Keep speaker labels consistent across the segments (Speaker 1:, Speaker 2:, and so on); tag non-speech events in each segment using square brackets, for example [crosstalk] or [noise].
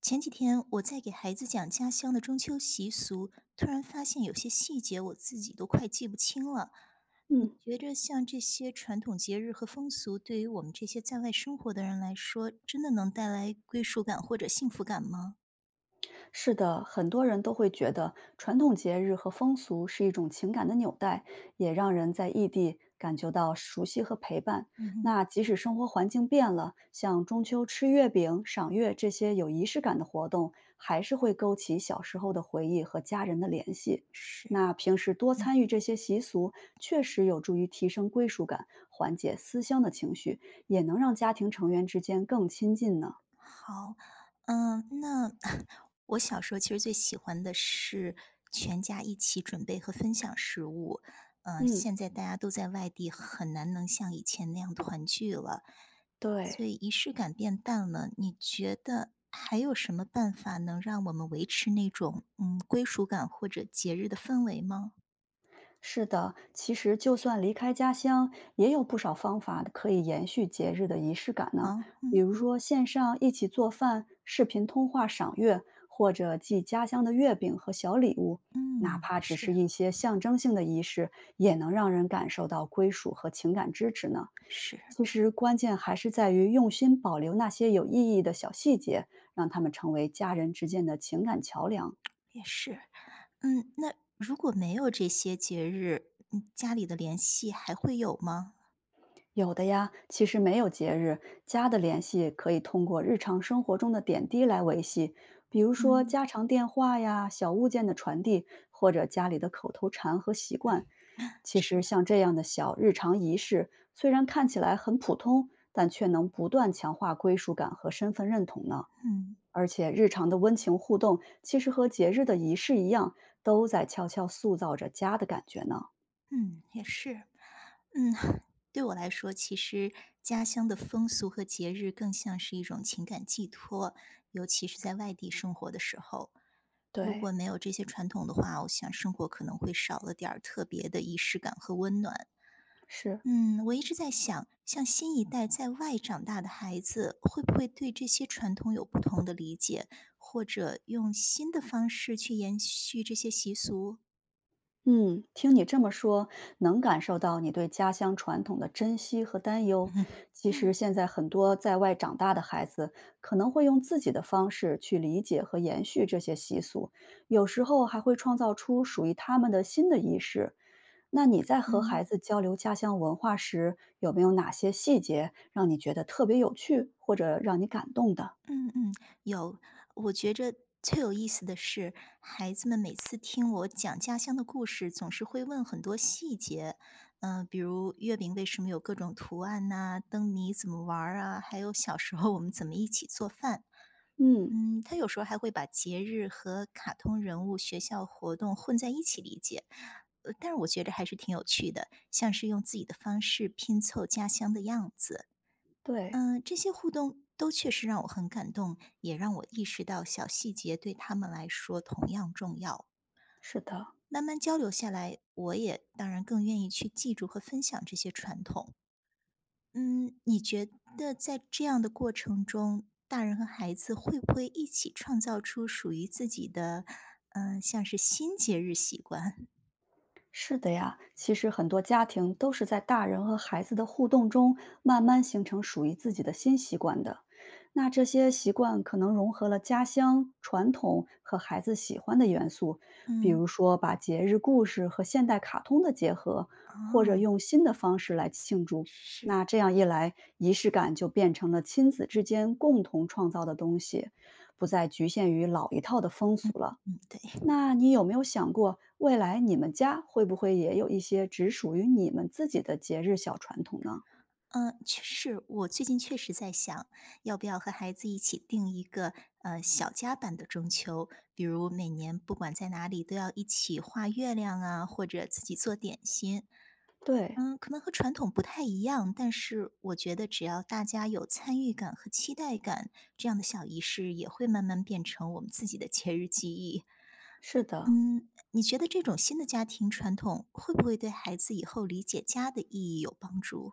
Speaker 1: 前几天我在给孩子讲家乡的中秋习俗，突然发现有些细节我自己都快记不清了。你
Speaker 2: 嗯，
Speaker 1: 觉着像这些传统节日和风俗，对于我们这些在外生活的人来说，真的能带来归属感或者幸福感吗？
Speaker 2: 是的，很多人都会觉得传统节日和风俗是一种情感的纽带，也让人在异地感觉到熟悉和陪伴。
Speaker 1: 嗯哼，
Speaker 2: 那即使生活环境变了，像中秋吃月饼、赏月这些有仪式感的活动，还是会勾起小时候的回忆和家人的联系。
Speaker 1: 是，嗯
Speaker 2: 那平时多参与这些习俗，确实有助于提升归属感，缓解思乡的情绪，也能让家庭成员之间更亲近呢。
Speaker 1: 好，嗯，那 [laughs] 我小时候其实最喜欢的是全家一起准备和分享食物。嗯，
Speaker 2: 嗯，
Speaker 1: 现在大家都在外地，很难能像以前那样团聚了，
Speaker 2: 对。
Speaker 1: 所以仪式感变淡了。你觉得还有什么办法能让我们维持那种归属感或者节日的氛围吗？
Speaker 2: 是的，其实就算离开家乡，也有不少方法可以延续节日的仪式感
Speaker 1: 啊，
Speaker 2: 呢。比如说，线上一起做饭、视频通话、赏月，或者寄家乡的月饼和小礼物，哪
Speaker 1: 嗯，
Speaker 2: 怕只
Speaker 1: 是。
Speaker 2: 是一些象征性的仪式，也能让人感受到归属和情感支持呢。
Speaker 1: 是，
Speaker 2: 其实，关键还是在于用心保留那些有意义的小细节，让他们成为家人之间的情感桥梁。
Speaker 1: 也是。那如果没有这些节日，家里的联系还会有吗？
Speaker 2: 有的呀，其实没有节日，家的联系可以通过日常生活中的点滴来维系，比如说
Speaker 1: 嗯，
Speaker 2: 家常电话呀、小物件的传递，或者家里的口头禅和习惯。其实
Speaker 1: 是，
Speaker 2: 像这样的小日常仪式，虽然看起来很普通，但却能不断强化归属感和身份认同呢。
Speaker 1: 嗯
Speaker 2: 而且日常的温情互动，其实和节日的仪式一样，都在悄悄塑造着家的感觉呢。
Speaker 1: 嗯，也是，嗯，[laughs] 对我来说，其实家乡的风俗和节日更像是一种情感寄托，尤其是在外地生活的时候，如
Speaker 2: 对，
Speaker 1: 果没有这些传统的话，我想生活可能会少了点儿特别的仪式感和温暖。
Speaker 2: 是。
Speaker 1: 嗯，我一直在想，像新一代在外长大的孩子，会不会对这些传统有不同的理解，或者用新的方式去延续这些习俗？
Speaker 2: 嗯，听你这么说，能感受到你对家乡传统的珍惜和担忧。
Speaker 1: [laughs]
Speaker 2: 其实
Speaker 1: 嗯，
Speaker 2: 现在很多在外长大的孩子，可能会用自己的方式去理解和延续这些习俗，有时候还会创造出属于他们的新的仪式。那你在和
Speaker 1: 嗯
Speaker 2: 孩子交流家乡文化时，有没有哪些细节让你觉得特别有趣，或者让你感动的？
Speaker 1: 嗯嗯，有。我觉着最有意思的是，孩子们每次听我讲家乡的故事，总是会问很多细节，比如月饼为什么有各种图案呐、灯谜怎么玩儿啊，还有小时候我们怎么一起做饭。
Speaker 2: 嗯，
Speaker 1: 他有时候还会把节日和卡通人物、学校活动混在一起理解，但是我觉得还是挺有趣的，像是用自己的方式拼凑家乡的样子。
Speaker 2: 对，
Speaker 1: 这些互动都确实让我很感动，也让我意识到小细节对他们来说同样重要。
Speaker 2: 是的。
Speaker 1: 慢慢交流下来，我也当然更愿意去记住和分享这些传统。嗯，你觉得在这样的过程中，大人和孩子会不会一起创造出属于自己的，像是新节日习惯？
Speaker 2: 是的呀，其实很多家庭都是在大人和孩子的互动中，慢慢形成属于自己的新习惯的。那这些习惯可能融合了家乡传统和孩子喜欢的元素，比如
Speaker 1: 嗯，
Speaker 2: 说把节日故事和现代卡通的结合，或者
Speaker 1: 哦，
Speaker 2: 用新的方式来庆祝。
Speaker 1: 是，
Speaker 2: 那这样一来，仪式感就变成了亲子之间共同创造的东西，不再局限于老一套的风俗了。
Speaker 1: 嗯，对，
Speaker 2: 那你有没有想过，未来你们家会不会也有一些只属于你们自己的节日小传统呢？
Speaker 1: 嗯，确实，我最近确实在想，要不要和孩子一起定一个呃小家版的中秋，比如每年不管在哪里都要一起画月亮啊，或者自己做点心。
Speaker 2: 对，
Speaker 1: 嗯，可能和传统不太一样，但是我觉得只要大家有参与感和期待感，这样的小仪式也会慢慢变成我们自己的节日记忆。
Speaker 2: 是的，
Speaker 1: 嗯，你觉得这种新的家庭传统会不会对孩子以后理解家的意义有帮助？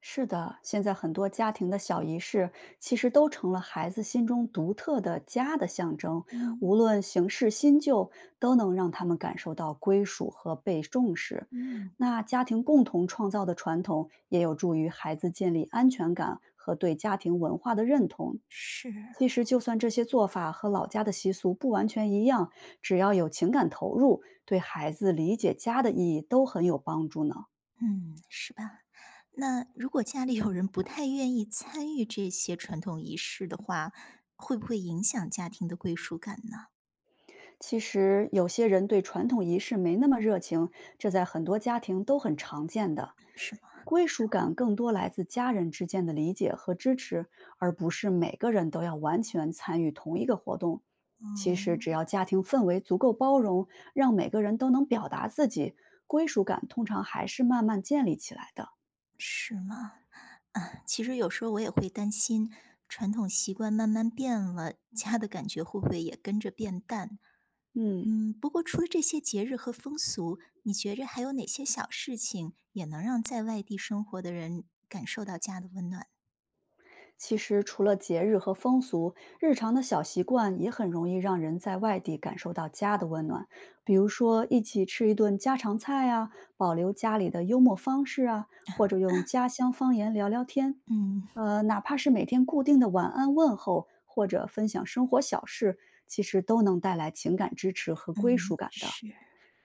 Speaker 2: 是的。现在很多家庭的小仪式，其实都成了孩子心中独特的家的象征，
Speaker 1: 嗯
Speaker 2: 无论形式新旧，都能让他们感受到归属和被重视。
Speaker 1: 嗯，
Speaker 2: 那家庭共同创造的传统，也有助于孩子建立安全感和对家庭文化的认同。
Speaker 1: 是，
Speaker 2: 其实，就算这些做法和老家的习俗不完全一样，只要有情感投入，对孩子理解家的意义都很有帮助呢。
Speaker 1: 嗯，是吧？那如果家里有人不太愿意参与这些传统仪式的话，会不会影响家庭的归属感呢？
Speaker 2: 其实，有些人对传统仪式没那么热情，这在很多家庭都很常见的。
Speaker 1: 是吗？
Speaker 2: 归属感更多来自家人之间的理解和支持，而不是每个人都要完全参与同一个活动。其实，
Speaker 1: 嗯，
Speaker 2: 只要家庭氛围足够包容，让每个人都能表达自己，归属感通常还是慢慢建立起来的。
Speaker 1: 是吗？啊，其实有时候我也会担心，传统习惯慢慢变了，家的感觉会不会也跟着变淡？
Speaker 2: 嗯，
Speaker 1: 不过除了这些节日和风俗，你觉着还有哪些小事情也能让在外地生活的人感受到家的温暖？
Speaker 2: 其实除了节日和风俗，日常的小习惯也很容易让人在外地感受到家的温暖。比如说，一起吃一顿家常菜啊，保留家里的幽默方式啊，或者用家乡方言聊聊天。
Speaker 1: 嗯
Speaker 2: 哪怕是每天固定的晚安问候，或者分享生活小事，其实都能带来情感支持和归属
Speaker 1: 嗯，
Speaker 2: 感的。
Speaker 1: 是。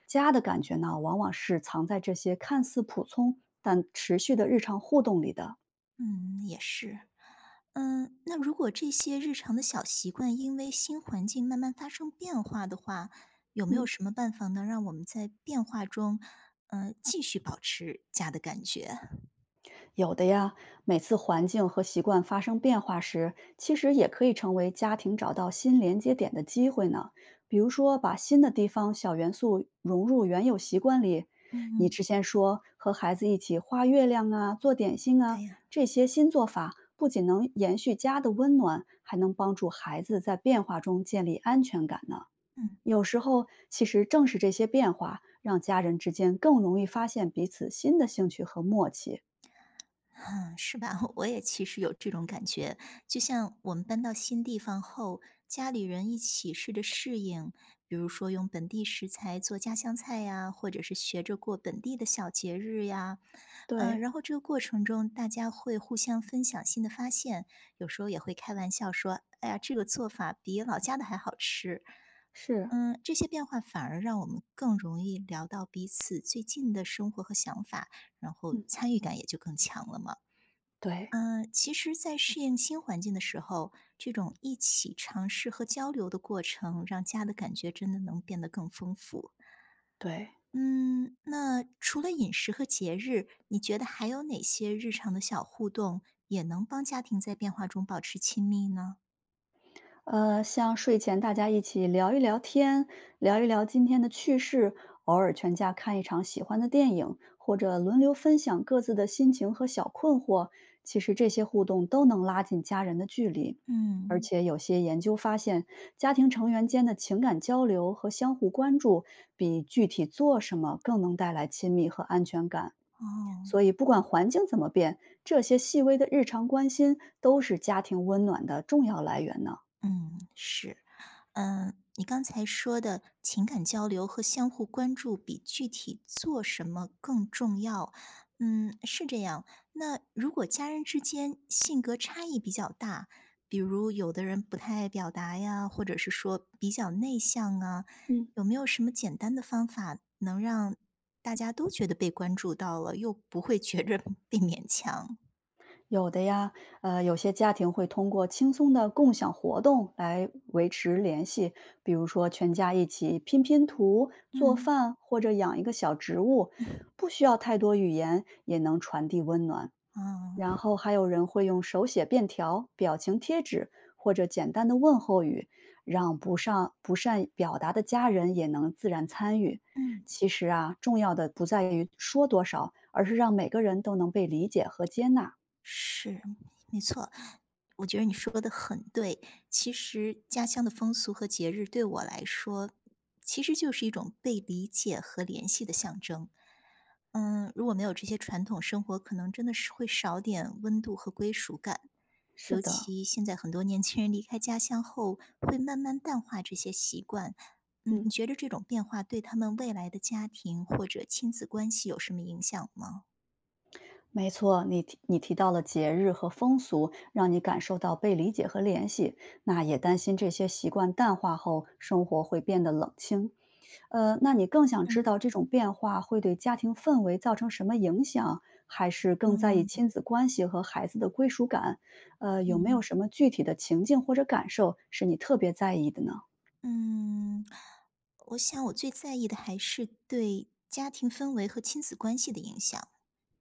Speaker 2: 家的感觉呢，往往是藏在这些看似普通但持续的日常互动里的。
Speaker 1: 嗯，也是。那如果这些日常的小习惯因为新环境慢慢发生变化的话，有没有
Speaker 2: 嗯。
Speaker 1: 什么办法能让我们在变化中，继续保持家的感觉？
Speaker 2: 有的呀，每次环境和习惯发生变化时，其实也可以成为家庭找到新连接点的机会呢。比如说，把新的地方小元素融入原有习惯里。你
Speaker 1: 嗯
Speaker 2: 之前说和孩子一起画月亮啊、做点心啊，
Speaker 1: 对呀，
Speaker 2: 这些新做法不仅能延续家的温暖，还能帮助孩子在变化中建立安全感呢。
Speaker 1: 嗯
Speaker 2: 有时候，其实正是这些变化，让家人之间更容易发现彼此新的兴趣和默契。
Speaker 1: 嗯，[laughs] 是吧？[laughs] 我也其实有这种感觉，就像我们搬到新地方后，家里人一起试着适应，比如说用本地食材做家乡菜呀，或者是学着过本地的小节日呀，
Speaker 2: 对，
Speaker 1: 然后这个过程中，大家会互相分享新的发现，有时候也会开玩笑说：“哎呀，这个做法比老家的还好吃。”
Speaker 2: 是，
Speaker 1: 这些变化反而让我们更容易聊到彼此最近的生活和想法，然后
Speaker 2: 嗯，
Speaker 1: 参与感也就更强了嘛。
Speaker 2: 对，
Speaker 1: 其实，在适应新环境的时候，这种一起尝试和交流的过程，让家的感觉真的能变得更丰富。
Speaker 2: 对。
Speaker 1: 嗯，那除了饮食和节日，你觉得还有哪些日常的小互动也能帮家庭在变化中保持亲密呢？
Speaker 2: 像睡前大家一起聊一聊天，聊一聊今天的趣事，偶尔全家看一场喜欢的电影，或者轮流分享各自的心情和小困惑，其实这些互动都能拉近家人的距离。而
Speaker 1: 嗯，
Speaker 2: 且有些研究发现，家庭成员间的情感交流和相互关注，比具体做什么更能带来亲密和安全感。
Speaker 1: 哦，
Speaker 2: 所以，不管环境怎么变，这些细微的日常关心都是家庭温暖的重要来源呢。
Speaker 1: 嗯，是。你刚才说的情感交流和相互关注比具体做什么更重要，是这样。那如果家人之间性格差异比较大，比如有的人不太爱表达呀，或者是说比较内向啊，
Speaker 2: 嗯，
Speaker 1: 有没有什么简单的方法能让大家都觉得被关注到了，又不会觉着 [laughs] 被勉强？
Speaker 2: 有的呀，有些家庭会通过轻松的共享活动来维持联系，比如说全家一起拼拼图、做
Speaker 1: 嗯，
Speaker 2: 饭，或者养一个小植物，不需要太多语言也能传递温暖。然
Speaker 1: 啊，
Speaker 2: 后还有人会用手写便条、表情贴纸或者简单的问候语，让不善表达的家人也能自然参与。
Speaker 1: 嗯。
Speaker 2: 其实啊，重要的不在于说多少，而是让每个人都能被理解和接纳。
Speaker 1: 是，没错，我觉得你说的很对。其实家乡的风俗和节日对我来说，其实就是一种被理解和联系的象征。如果没有这些传统生活，可能真的是会少点温度和归属感。
Speaker 2: 是
Speaker 1: 尤
Speaker 2: 的，
Speaker 1: 其现在很多年轻人离开家乡后，会慢慢淡化这些习惯。
Speaker 2: 嗯，
Speaker 1: 你觉得这种变化对他们未来的家庭或者亲子关系有什么影响吗？
Speaker 2: 没错，你提到了节日和风俗，让你感受到被理解和联系，那也担心这些习惯淡化后，生活会变得冷清。那你更想知
Speaker 1: 嗯
Speaker 2: 道这种变化会对家庭氛围造成什么影响，还是更在意
Speaker 1: 嗯
Speaker 2: 亲子关系和孩子的归属感？有没有
Speaker 1: 嗯。
Speaker 2: 什么具体的情境或者感受是你特别在意的呢？
Speaker 1: 嗯，我想我最在意的还是对家庭氛围和亲子关系的影响。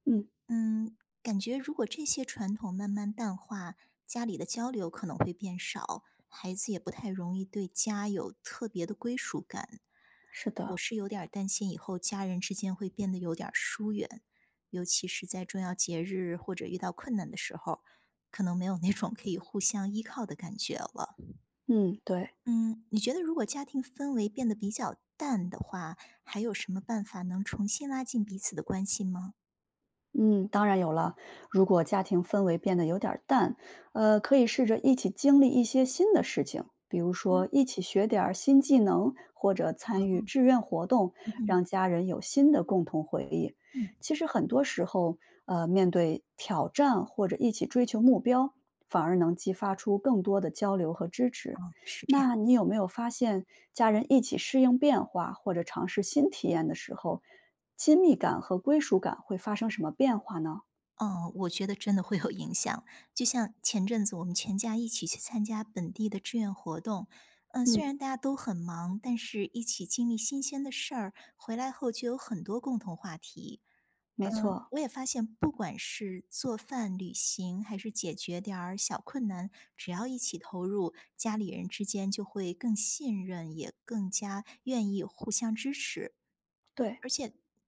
Speaker 2: 嗯，
Speaker 1: 嗯，感觉如果这些传统慢慢淡化，家里的交流可能会变少，孩子也不太容易对家有特别的归属感。
Speaker 2: 是
Speaker 1: 我
Speaker 2: 的，
Speaker 1: 是有点儿担心以后家人之间会变得有点儿疏远，尤其是在重要节日或者遇到困难的时候，可能没有那种可以互相依靠的感觉了。
Speaker 2: 嗯，对。
Speaker 1: 嗯，你觉得如果家庭氛围变得比较淡的话，还有什么办法能重新拉近彼此的关系吗？
Speaker 2: 嗯，当然有了。如果家庭氛围变得有点儿淡，可以试着一起经历一些新的事情，比如
Speaker 1: 嗯。
Speaker 2: 说一起学点儿新技能，或者参与志愿活动，
Speaker 1: 嗯
Speaker 2: 让
Speaker 1: 哼
Speaker 2: 家人有新的共同回忆。
Speaker 1: 嗯，
Speaker 2: 其实很多时候，面对挑战或者一起追求目标，反而能激发出更多的交流和支持。
Speaker 1: 哦，是这样。
Speaker 2: 那你有没有发现，家人一起适应变化或者尝试新体验的时候，亲密感和归属感会发生什么变化呢？
Speaker 1: 哦，我觉得真的会有影响。就像前阵子我们全家一起去参加本地的志愿活动，
Speaker 2: 嗯，
Speaker 1: 虽然大家都很忙，但是一起经历新鲜的事儿，回来后就有很多共同话题。
Speaker 2: 没错，
Speaker 1: 我也发现，不管是做饭、旅行，还是解决点儿小困难，只要一起投入，家里人之间就会更信任，也更加愿意互相支持。
Speaker 2: 对，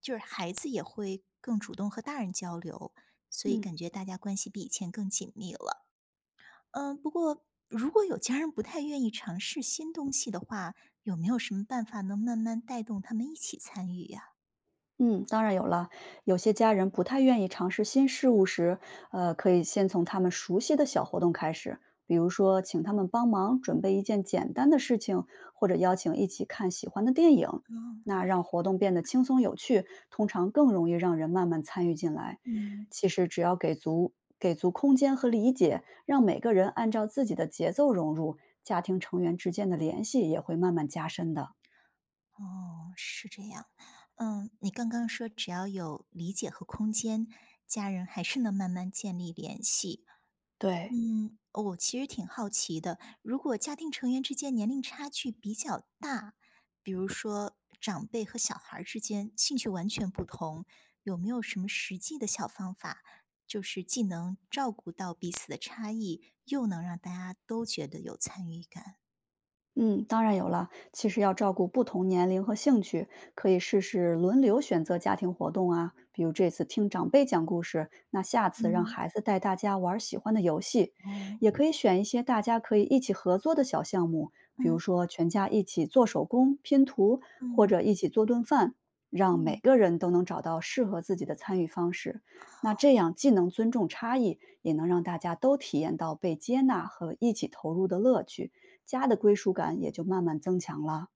Speaker 1: 就是孩子也会更主动和大人交流，所以
Speaker 2: 嗯。
Speaker 1: 感觉大家关系比以前更紧密了。不过如果有家人不太愿意尝试新东西的话，有没有什么办法能慢慢带动他们一起参与呀？
Speaker 2: 嗯，当然有了。有些家人不太愿意尝试新事物时，可以先从他们熟悉的小活动开始，比如说请他们帮忙准备一件简单的事情，或者邀请一起看喜欢的电影。那
Speaker 1: 嗯
Speaker 2: 让活动变得轻松有趣，通常更容易让人慢慢参与进来。
Speaker 1: 嗯，
Speaker 2: 其实只要给足空间和理解，让每个人按照自己的节奏融入，家庭成员之间的联系也会慢慢加深的。
Speaker 1: 哦，是这样。你刚刚说只要有理解和空间，家人还是能慢慢建立联系。
Speaker 2: 对。
Speaker 1: 我其实挺好奇的，如果家庭成员之间年龄差距比较大，比如说长辈和小孩儿之间兴趣完全不同，有没有什么实际的小方法，就是既能照顾到彼此的差异，又能让大家都觉得有参与感？
Speaker 2: 嗯，当然有了。其实要照顾不同年龄和兴趣，可以试试轮流选择家庭活动啊。比如这次听长辈讲故事，那下次让
Speaker 1: 嗯
Speaker 2: 孩子带大家玩儿喜欢的游戏，也
Speaker 1: 哦，
Speaker 2: 可以选一些大家可以一起合作的小项目，比如
Speaker 1: 嗯
Speaker 2: 说全家一起做手工、拼图，或
Speaker 1: 嗯
Speaker 2: 者一起做顿饭，让每
Speaker 1: 嗯
Speaker 2: 个人都能找到适合自己的参与方式。那这样既能尊重差异，也能让大家都体验到被接纳和一起投入的乐趣。家的归属感也就慢慢增强了。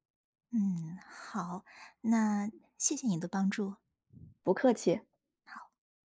Speaker 1: 嗯，好，那谢谢你的帮助。
Speaker 2: 不客气。